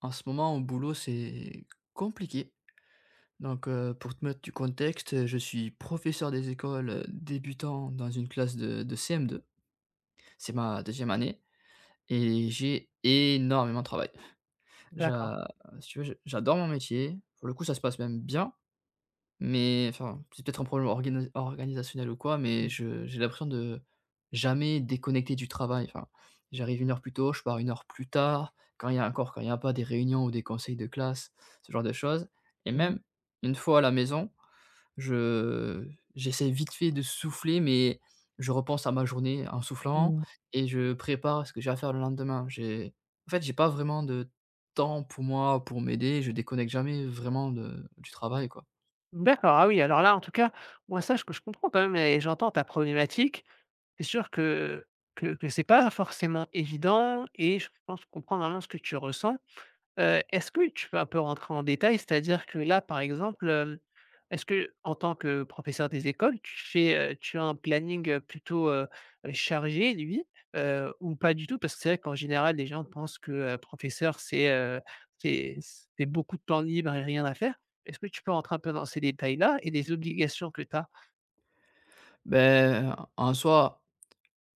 En ce moment, au boulot, c'est compliqué. Donc, pour te mettre du contexte, je suis professeur des écoles, débutants dans une classe de CM2. C'est ma deuxième année et j'ai énormément de travail. D'accord. J'a si tu veux, je j'adore mon métier. Pour le coup, ça se passe même bien. Mais enfin, c'est peut-être un problème organisationnel ou quoi, mais Mmh. je j'ai l'impression de jamais déconnecter du travail. Enfin, j'arrive 1 heure plus tôt, je pars 1 heure plus tard, quand il y a pas des réunions ou des conseils de classe, ce genre de choses et Mmh mh. même une fois à la maison, je j'essaie vite fait de souffler, mais je repense à ma journée en soufflant Mmh. et je prépare ce que j'ai à faire le lendemain. J'ai En fait, j'ai pas vraiment de temps pour moi, pour m'aider, je déconnecte jamais vraiment de du travail, quoi. D'accord, ah oui, alors là, en tout cas, moi, ça, que je comprends quand même et j'entends ta problématique. C'est sûr que c'est pas forcément évident et je pense comprendre vraiment ce que tu ressens. Est-ce que tu peux un peu rentrer en détail? C'est-à-dire que là, par exemple, est-ce qu'en tant que professeur des écoles, tu as un planning, plutôt, chargé lui, ou pas du tout? Parce que c'est vrai qu'en général, les gens pensent que, professeur, c'est, c'est c'est beaucoup de temps libre et rien à faire. Est-ce que tu peux rentrer un peu dans ces détails-là et les obligations que tu as? Ben en soi,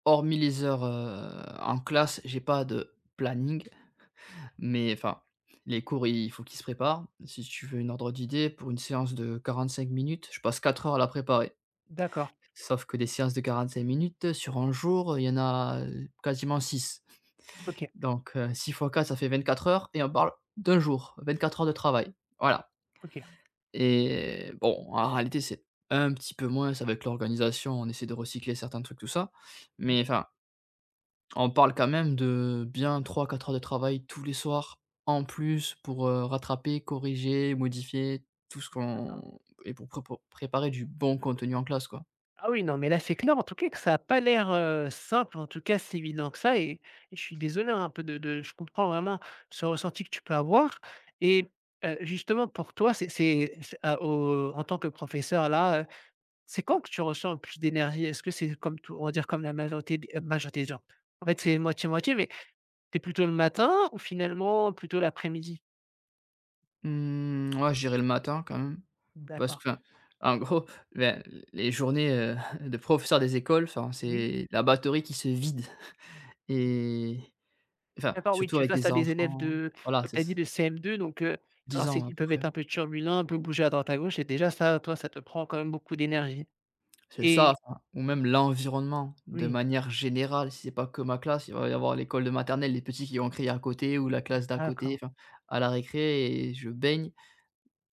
hormis les heures, en classe, j'ai pas de planning, mais enfin, les cours, il faut qu'ils se préparent. Si tu veux une ordre d'idée, pour une séance de 45 minutes, je passe 4 heures à la préparer. D'accord, Sauf que des séances de 45 minutes, sur un jour, il y en a, quasiment six. OK, Donc, 6 fois quatre, ça fait 24 heures et on parle d'un jour, 24 heures de travail. Voilà. OK. Et bon, en réalité, c'est un petit peu moins, c'est avec l'organisation, on essaie de recycler certains trucs, tout ça, Mmh, mais enfin, on parle quand même de bien trois quatre heures de travail tous les soirs, en plus pour, rattraper, corriger, modifier tout ce d'accord. qu'on et pour préparer du bon contenu en classe, quoi. Ah oui, non, mais là, c'est clair, en tout cas, que ça a pas l'air, simple, en tout cas, si évident que ça et je suis désolé, hein, un peu de je comprends vraiment ce ressenti que tu peux avoir et justement, pour toi, c'est à au en tant que professeur, là, c'est quand que tu ressens le plus d'énergie? Est-ce que c'est comme tout on va dire comme la majorité d majorité des gens? En fait, c'est moitié-moitié, mais c'est plutôt le matin ou finalement plutôt l'après-midi? Mmh, ouais, je dirais le matin quand même, parce D'accord, que, enfin, en gros, ben, les journées, de professeur des écoles, enfin, oui. c'est la batterie qui se vide et enfin, D'accord, oui, surtout tu es avec face des à des élèves enfants. de Voilà, comme c'est tu as dit, ç de CM2 donc 10 genre c'est ans à ils peu peuvent près. être un peu turbulents, un peu bouger à droite à gauche et déjà ça, toi, ça te prend quand même beaucoup d'énergie C'est ça, et enfin, ou même l'environnement de oui, manière générale, si c'est pas que ma classe, il va y avoir l'école de maternelle, les petits qui vont crier à côté ou la classe d'à côté, d'accord. enfin, à la récré et je baigne,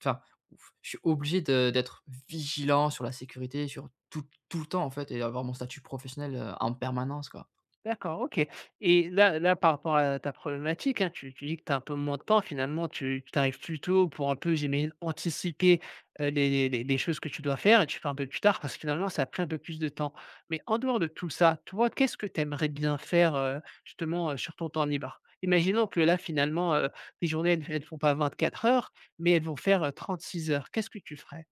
enfin, ouf, je suis obligé de d'être vigilant sur la sécurité, sur tout le temps, en fait, et avoir mon statut professionnel, en permanence, quoi. D'accord, OK, et là, par rapport à ta problématique, hein, tu dis que tu as un peu moins de temps finalement, tu arrives plus tôt pour un peu, j'imagine, anticiper, les choses que tu dois faire et tu fais un peu plus tard parce que finalement ça a pris un peu plus de temps. Mais en dehors de tout ça, toi, qu'est-ce que tu aimerais bien faire, justement, sur ton temps libre? Imaginons que là finalement, tes journées elles font pas 24 heures, mais elles vont faire, 36 heures. Qu'est-ce que tu ferais?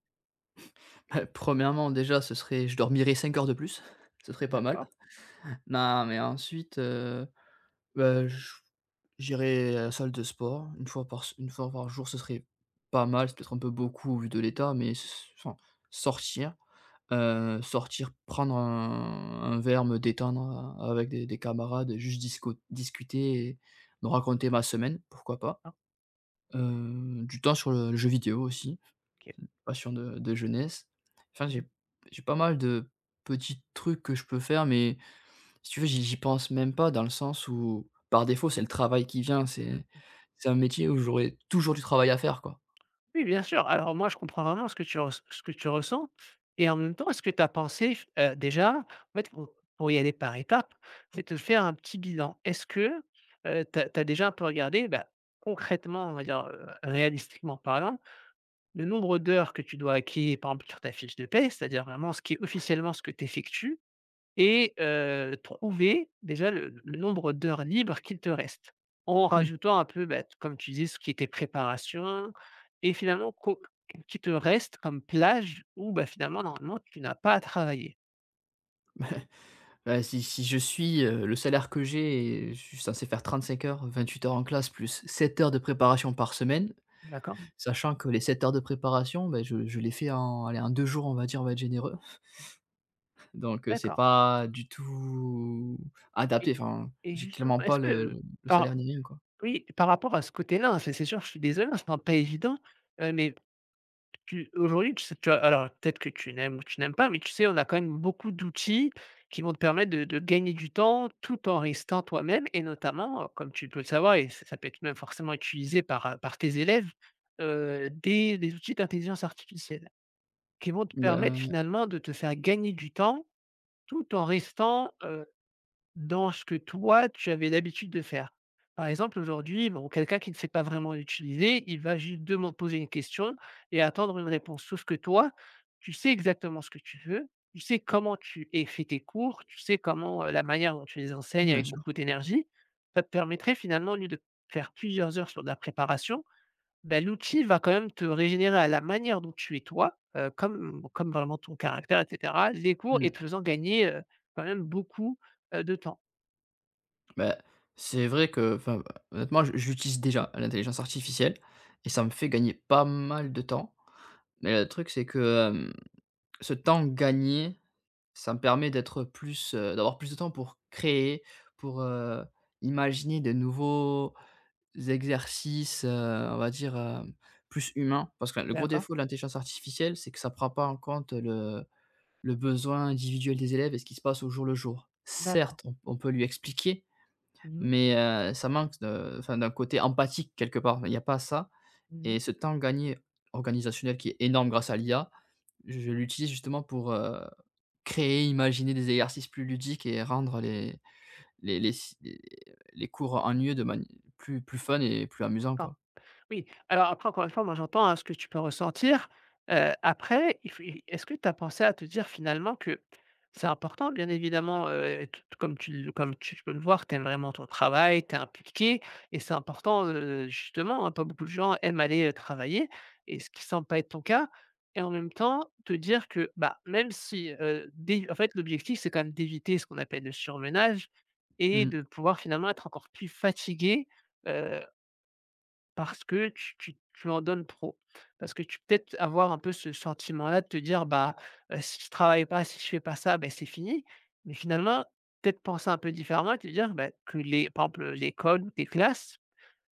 Premièrement déjà, ce serait je dormirais 5 heures de plus, ce serait pas mal. D'accord, Non, mais ensuite, bah, je j'irai à la salle de sport une fois par s 1 fois par jour, ce serait pas mal, c'est peut-être un peu beaucoup vu de l'état, mais s enfin sortir, sortir, prendre un verre, me détendre, avec des camarades, juste disco discuter et me raconter ma semaine, pourquoi pas. hein, Du temps sur le jeu vidéo aussi, OK. passion de jeunesse. Enfin, Mmh. j'ai pas mal de petits trucs que je peux faire, mais si tu veux, j'y pense même pas, dans le sens où, par défaut, c'est le travail qui vient, c'est un métier où j'aurai toujours du travail à faire, quoi. Oui, bien sûr. Alors moi, je comprends vraiment ce que tu ressens et en même temps, est-ce que tu as pensé f déjà, en fait, pour y aller par étapes, c'est de faire un petit bilan. Est-ce que, tu as déjà un peu regardé, bah, concrètement, on va dire, réalistiquement parlant, le nombre d'heures que tu dois acquérir, par exemple, sur ta fiche de paie, c'est-à-dire vraiment ce qui est officiellement ce que tu effectues et trouver déjà le nombre d'heures libres qu'il te reste. En Mmh. rajoutant un peu, bah, comme tu dis, ce qui était préparation et finalement co qui te reste comme plage où, bah, finalement, normalement, tu n'as pas à travailler. Bah, si je suis, le salaire que j'ai et je suis censé faire 35 heures, 28 heures en classe plus 7 heures de préparation par semaine, D'accord. sachant que les 7 heures de préparation, bah, je les fais en, allez, en 2 jours, on va dire, on va être généreux. Donc, c'est D'accord, pas du tout adapté, et enfin, et j'ai justement, clairement pas est-ce que, le par salaire ni rien, quoi. oui, par rapport à ce côté-là, hein, c'est sûr, je suis désolé, hein, c'est pas évident, mais tu, aujourd'hui, tu sais, tu as alors peut-être que tu n'aimes ou tu n'aimes pas, mais tu sais, on a quand même beaucoup d'outils qui vont te permettre de gagner du temps tout en restant toi-même et notamment, comme tu peux le savoir et ça peut être même forcément utilisé par, par tes élèves, des outils d'intelligence artificielle qui vont te Bah, permettre finalement de te faire gagner du temps tout en restant, dans ce que toi, tu avais l'habitude de faire. Par exemple, aujourd'hui, bon, quelqu'un qui ne sait pas vraiment l'utiliser, il va juste deman poser une question et attendre une réponse. Sauf que toi, tu sais exactement ce que tu veux, tu sais comment tu es fait tes cours, tu sais comment, la manière dont tu les enseignes bien avec sûr. beaucoup d'énergie. Ça te permettrait finalement, au lieu de faire plusieurs heures sur de la préparation, bah, l'outil va quand même te régénérer à la manière dont tu es toi, comme vraiment ton caractère et cetera, les cours, Mmh. et te faisant gagner, quand même beaucoup, de temps. Bah, c'est vrai que, enfin, honnêtement, je j'utilise déjà l'intelligence artificielle et ça me fait gagner pas mal de temps. Mais le truc, c'est que, ce temps gagné, ça me permet d'être plus, d'avoir plus de temps pour créer, pour, imaginer de nouveaux exercices, on va dire, plus humains. Parce que, enfin, le gros D'accord, défaut de l'intelligence artificielle, c'est que ça prend pas en compte le besoin individuel des élèves et ce qui se passe au jour le jour. d'accord. Certes, on peut lui expliquer, Mmh mh. mais ça manque de, enfin, d'un côté empathique quelque part. Il n'y a pas ça Mmh, et ce temps gagné organisationnel qui est énorme grâce à l'IA, je l'utilise justement pour, créer, imaginer des exercices plus ludiques et rendre les les les les cours ennuyeux de mani plus fun et plus amusant, d'accord. quoi. Oui, alors après, encore une fois, moi, j'entends, hein, ce que tu peux ressentir. Après, il faut i est-ce que tu as pensé à te dire, finalement, que c'est important, bien évidemment, t comme tu peux le voir, tu aimes vraiment ton travail, tu es impliqué et c'est important, justement, hein, pas beaucoup de gens aiment aller, travailler, et ce qui semble pas être ton cas, et en même temps, te dire que, bah, même si, d'é en fait, l'objectif, c'est quand même d'éviter ce qu'on appelle le surmenage et Mmh, de pouvoir, finalement, être encore plus fatigué, parce que tu en donnes trop. Parce que tu peux peut-être avoir un peu ce sentiment-là de te dire: «Bah, si je travaille pas, si je fais pas ça, ben c'est fini». Mais finalement, peut-être penser un peu différemment et te dire, bah, que les par exemple, l'école ou tes classes,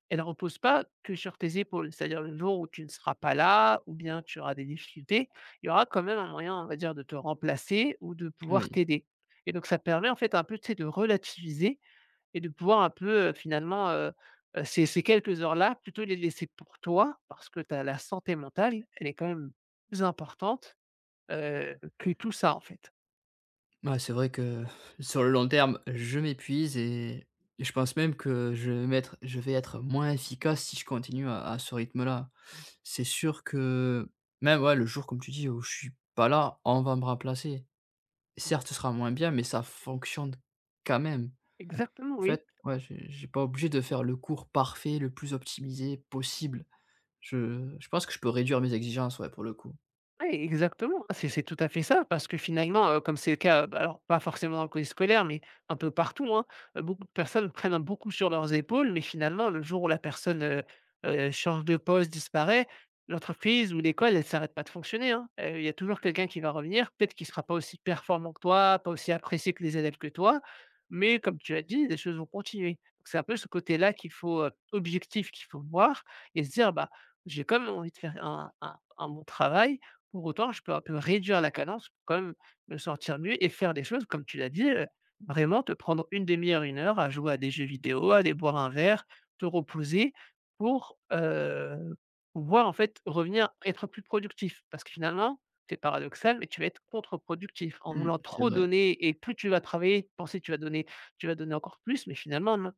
elles ne reposent pas que sur tes épaules. C'est-à-dire, le jour où tu ne seras pas là ou bien tu auras des difficultés, il y aura quand même un moyen, on va dire, de te remplacer ou de pouvoir oui. t'aider. Et donc ça permet en fait un peu, tu sais, de relativiser et de pouvoir un peu, ces quelques heures-là, plutôt les laisser pour toi parce que t'as la santé mentale, elle est quand même plus importante, que tout ça, en fait. Ouais, c'est vrai que sur le long terme, je m'épuise et je pense même que je vais être moins efficace si je continue à ce rythme-là. C'est sûr que même, ouais, le jour, comme tu dis, où je suis pas là, on va me remplacer. Certes, ce sera moins bien, mais ça fonctionne quand même. Exactement, En oui. fait, ouais, j'ai pas obligé de faire le cours parfait, le plus optimisé possible. Je pense que je peux réduire mes exigences, ouais, pour le coup. Oui, exactement, c'est tout à fait ça, parce que finalement, comme c'est le cas, bah, alors pas forcément dans le collège scolaire, mais un peu partout, hein, beaucoup de personnes prennent beaucoup sur leurs épaules, mais finalement, le jour où la personne, change de poste, disparaît, l'entreprise ou l'école, elle s'arrête pas de fonctionner, hein. Il y a toujours quelqu'un qui va revenir, peut-être qu'il sera pas aussi performant que toi, pas aussi apprécié que les élèves que toi, mais comme tu as dit, les choses vont continuer. Donc, c'est un peu ce côté-là qu'il faut, objectif, qu'il faut voir, et se dire: «Bah, j'ai quand même envie de faire un bon travail». Pour autant, je peux un peu réduire la cadence pour quand même me sentir mieux et faire des choses, comme tu l'as dit, vraiment te prendre une demi-heure, une heure à jouer à des jeux vidéo, à aller boire un verre, te reposer pour, pouvoir en fait revenir être plus productif. Parce que finalement, c'est paradoxal, mais tu vas être contre-productif en Mmh, voulant c'est trop vrai. donner et plus tu vas travailler, penser que tu vas donner encore plus, mais finalement non.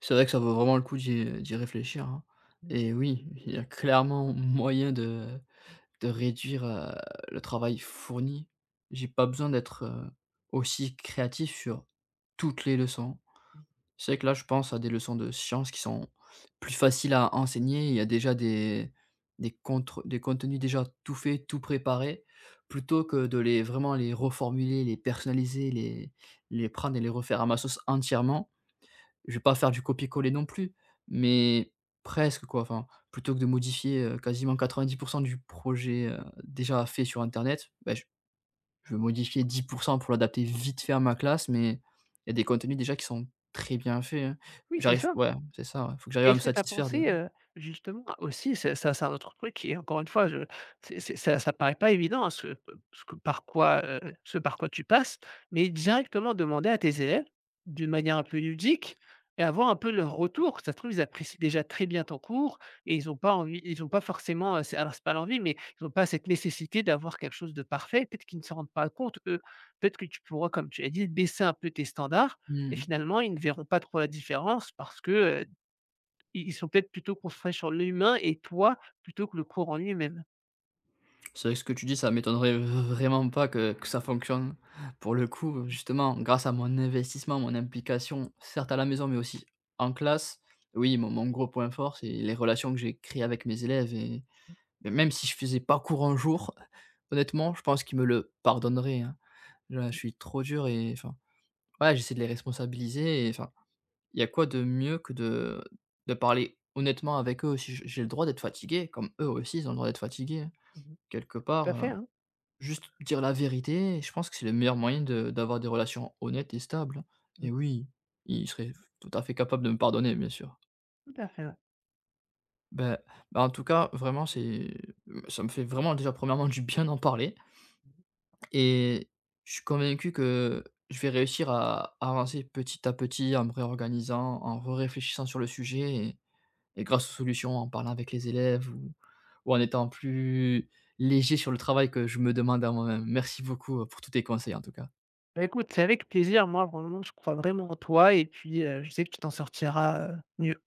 C'est vrai que ça vaut vraiment le coup d'y réfléchir, hein, et oui, il y a clairement moyen de réduire, le travail fourni. J'ai pas besoin d'être, aussi créatif sur toutes les leçons. C'est vrai que là, je pense à des leçons de sciences qui sont plus faciles à enseigner. Il y a déjà des contenus déjà tout faits, tout préparés, plutôt que de les vraiment les reformuler, les personnaliser, les prendre et les refaire à ma sauce entièrement. Je vais pas faire du copier-coller non plus, mais presque, quoi. Enfin, plutôt que de modifier, quasiment 90 du projet, déjà fait sur internet, bah, je vais modifier 10% pour l'adapter vite fait à ma classe, mais il y a des contenus déjà qui sont très bien faits, hein. Oui, c'est J'arrive ça. Ouais, c'est ça. Il faut que j'arrive à me Est-ce que tu as satisfaire de pensé, justement aussi, c'est ça, c'est un autre truc qui est encore une fois, je c'est ça paraît pas évident, hein, ce par quoi tu passes, mais directement demander à tes élèves, d'une manière un peu ludique, et avoir un peu leur retour. Ça se trouve, ils apprécient déjà très bien ton cours et ils ont pas forcément, c'est pas l'envie, mais ils ont pas cette nécessité d'avoir quelque chose de parfait. Peut-être qu'ils ne s'en rendent pas compte, eux. Peut-être que tu pourras, comme tu as dit, baisser un peu tes standards, et mmh. finalement, ils ne verront pas trop la différence parce que, ils sont peut-être plutôt concentrés sur l'humain et toi, plutôt que le cours en lui-même. C'est vrai que ce que tu dis, ça m'étonnerait vraiment pas que ça fonctionne. Pour le coup, justement, grâce à mon investissement, mon implication, certes à la maison, mais aussi en classe, oui, mon gros point fort, c'est les relations que j'ai créées avec mes élèves. et Mmh mais même si je faisais pas cours un jour, honnêtement, je pense qu'ils me le pardonneraient, hein. Là, je mh. suis trop dur et enfin, ouais, j'essaie de les responsabiliser et enfin, il y a quoi de mieux que de parler honnêtement avec eux aussi? J'ai le droit d'être fatigué, comme eux aussi, ils ont le droit d'être fatigués, hein. Mmh. Quelque Tout part, à fait, hein. juste dire la vérité, je pense que c'est le meilleur moyen de d'avoir des relations honnêtes et stables, hein. Et Mmh, oui, il serait tout à fait capable de me pardonner, bien sûr. tout à fait, ouais. Ben, ben, en tout cas, vraiment, c'est ça me fait vraiment déjà, premièrement, du bien d'en parler et je suis convaincu que je vais réussir à avancer petit à petit, en me réorganisant, en réfléchissant sur le sujet et grâce aux solutions, en parlant avec les élèves ou en étant plus léger sur le travail que je me demande à moi-même. Merci beaucoup, pour tous tes conseils, en tout cas. Bah, écoute, c'est avec plaisir. Moi, vraiment, je crois vraiment en toi, et puis, je sais que tu t'en sortiras, mieux.